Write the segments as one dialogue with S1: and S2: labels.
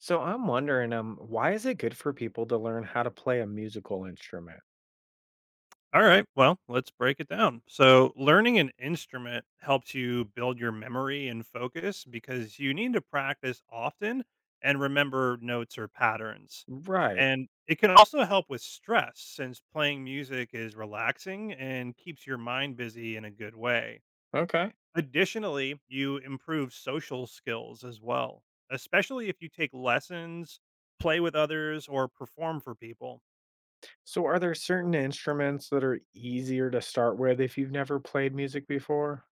S1: So I'm wondering, why is it good for people to learn how to play a musical instrument?
S2: All right. Well, let's break it down. So, learning an instrument helps you build your memory and focus because you need to practice often and remember notes or patterns.
S1: Right.
S2: And it can also help with stress since playing music is relaxing and keeps your mind busy in a good way.
S1: Okay.
S2: Additionally, you improve social skills as well, especially if you take lessons, play with others, or perform for people.
S1: So are there certain instruments that are easier to start with if you've never played music before?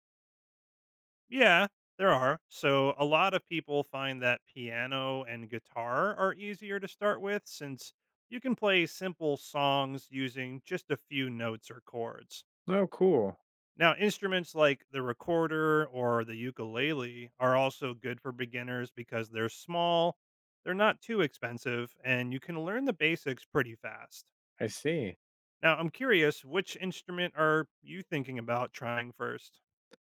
S2: Yeah, there are. So a lot of people find that piano and guitar are easier to start with since you can play simple songs using just a few notes or chords.
S1: Oh, cool.
S2: Now, instruments like the recorder or the ukulele are also good for beginners because they're small, they're not too expensive, and you can learn the basics pretty fast.
S1: I see.
S2: Now, I'm curious, which instrument are you thinking about trying first?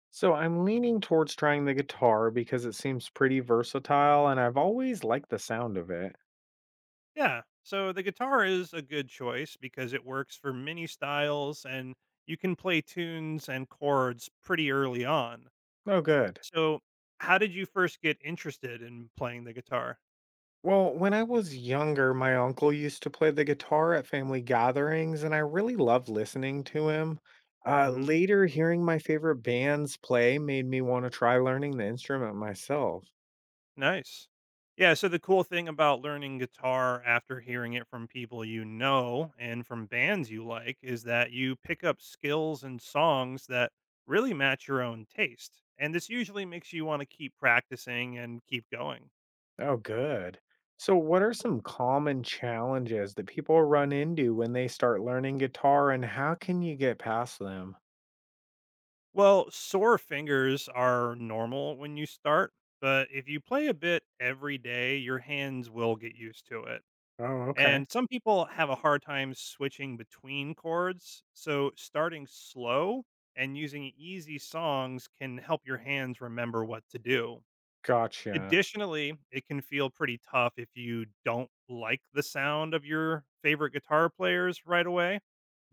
S1: So I'm leaning towards trying the guitar because it seems pretty versatile and I've always liked the sound of it.
S2: Yeah. So the guitar is a good choice because it works for many styles and you can play tunes and chords pretty early on.
S1: Oh, good.
S2: So, how did you first get interested in playing the guitar?
S1: Well, when I was younger, my uncle used to play the guitar at family gatherings, and I really loved listening to him. Uh,
S2: Hmm.
S1: later, hearing my favorite bands play made me want to try learning the instrument myself.
S2: Nice. Yeah. So, the cool thing about learning guitar after hearing it from people you know and from bands you like is that you pick up skills and songs that really match your own taste. And this usually makes you want to keep practicing and keep going.
S1: Oh, good. So, what are some common challenges that people run into when they start learning guitar, and how can you get past them?
S2: Well, sore fingers are normal when you start, but if you play a bit every day, your hands will get used to it.
S1: Oh, okay.
S2: And some people have a hard time switching between chords, so starting slow and using easy songs can help your hands remember what to do.
S1: Gotcha.
S2: Additionally, it can feel pretty tough if you don't like the sound of your favorite guitar players right away.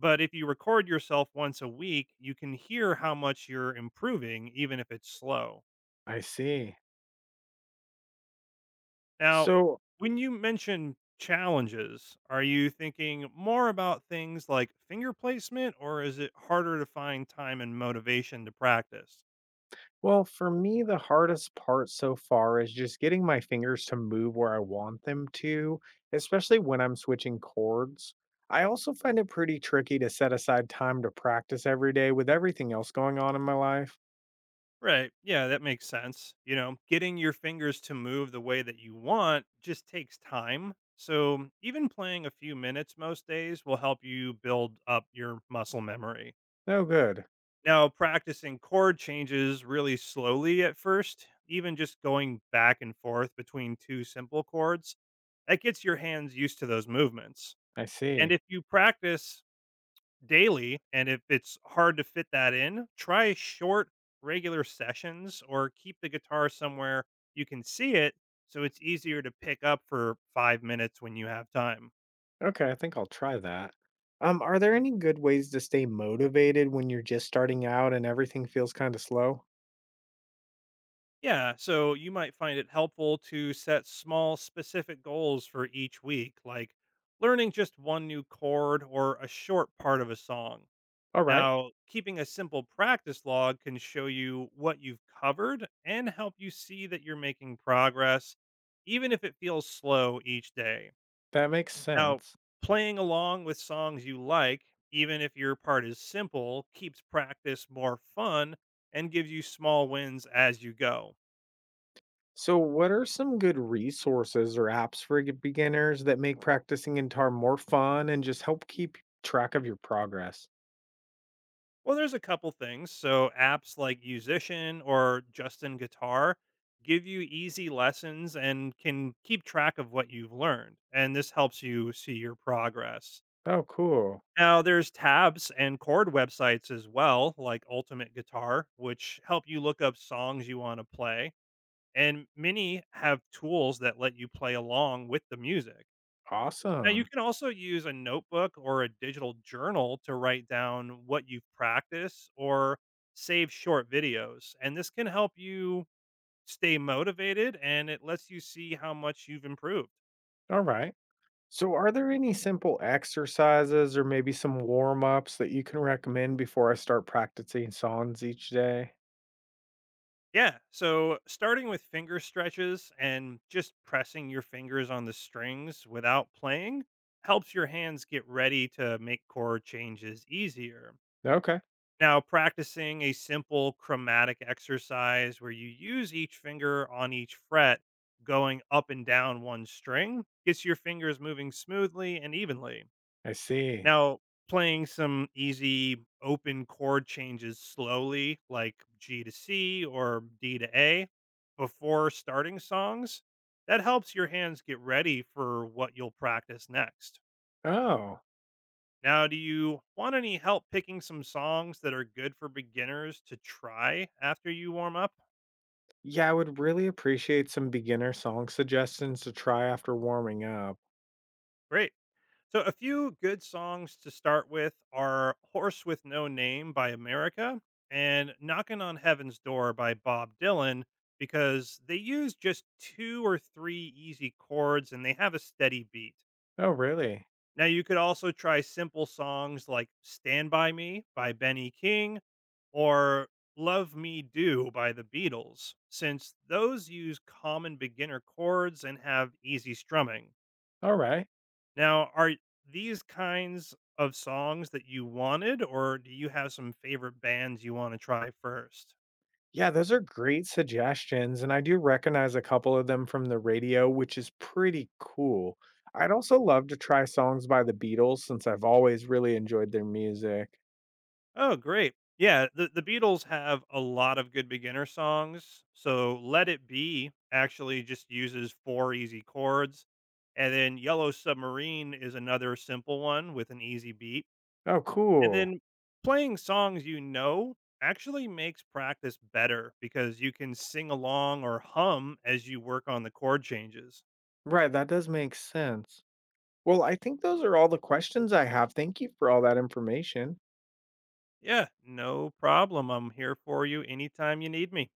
S2: But if you record yourself once a week, you can hear how much you're improving, even if it's slow.
S1: I see.
S2: Now,
S1: So,
S2: when you mention challenges, are you thinking more about things like finger placement, or is it harder to find time and motivation to practice?
S1: Well, for me, the hardest part so far is just getting my fingers to move where I want them to, especially when I'm switching chords. I also find it pretty tricky to set aside time to practice every day with everything else going on in my life.
S2: Right. Yeah, that makes sense. You know, getting your fingers to move the way that you want just takes time. So, even playing a few minutes most days will help you build up your muscle memory.
S1: Oh, good.
S2: Now, practicing chord changes really slowly at first, even just going back and forth between two simple chords, that gets your hands used to those movements.
S1: I
S2: And
S1: see.
S2: if you practice daily. And if it's hard to fit that in, try short, regular sessions or keep the guitar somewhere you can see it so it's easier to pick up for 5 minutes when you have time.
S1: Okay, I think I'll try that. Are there any good ways to stay motivated when you're just starting out and everything feels kind of slow?
S2: Yeah, so you might find it helpful to set small, specific goals for each week, like learning just one new chord or a short part of a song.
S1: All right,
S2: Now, keeping a simple practice log can show you what you've covered and help you see that you're making progress, even if it feels slow each day.
S1: that makes
S2: Now,
S1: sense.
S2: playing along with songs you like, even if your part is simple, keeps practice more fun and gives you small wins as you go.
S1: So, what are some good resources or apps for beginners that make practicing guitar more fun and just help keep track of your progress?
S2: Well, there's a couple things. So, apps like Musician or Justin Guitar give you easy lessons and can keep track of what you've learned. And this helps you see your progress.
S1: Oh, cool.
S2: Now, there's tabs and chord websites as well, like Ultimate Guitar, which help you look up songs you want to play. And many have tools that let you play along with the music. Now you
S1: Awesome.
S2: can also use a notebook or a digital journal to write down what you've practiced or save short videos. And this can help you stay motivated and it lets you see how much you've improved.
S1: All right. So, are there any simple exercises or maybe some warm ups that you can recommend before I start practicing songs each day?
S2: Yeah. So starting with finger stretches and just pressing your fingers on the strings without playing helps your hands get ready to make chord changes easier.
S1: Okay.
S2: Now, practicing a simple chromatic exercise where you use each finger on each fret going up and down one string gets your fingers moving smoothly and evenly.
S1: I see.
S2: Now, playing some easy open chord changes slowly, like G to C or D to A, before starting songs, that helps your hands get ready for what you'll practice next.
S1: Oh,
S2: Now, do you want any help picking some songs that are good for beginners to try after you warm up?
S1: yeah. I would really appreciate some beginner song suggestions to try after warming up.
S2: Great. So, a few good songs to start with are Horse with No Name by America and Knocking on Heaven's Door by Bob Dylan because they use just two or three easy chords and they have a steady beat.
S1: Oh, really?
S2: Now, you could also try simple songs like Stand By Me by Benny King or Love Me Do by the Beatles, since those use common beginner chords and have easy strumming.
S1: All right.
S2: Now, are these kinds of songs that you wanted, or do you have some favorite bands you want to try first?
S1: Yeah, those are great suggestions. And I do recognize a couple of them from the radio, which is pretty cool. I'd also love to try songs by the Beatles since I've always really enjoyed their music.
S2: Oh, great. Yeah, the Beatles have a lot of good beginner songs. So Let It Be actually just uses four easy chords. And then Yellow Submarine is another simple one with an easy beat.
S1: Oh,
S2: And
S1: cool.
S2: then playing songs you know actually makes practice better because you can sing along or hum as you work on the chord changes.
S1: Right. That does make sense. Well, I think those are all the questions I have. Thank you for all that information.
S2: Yeah, no problem. I'm here for you anytime you need me.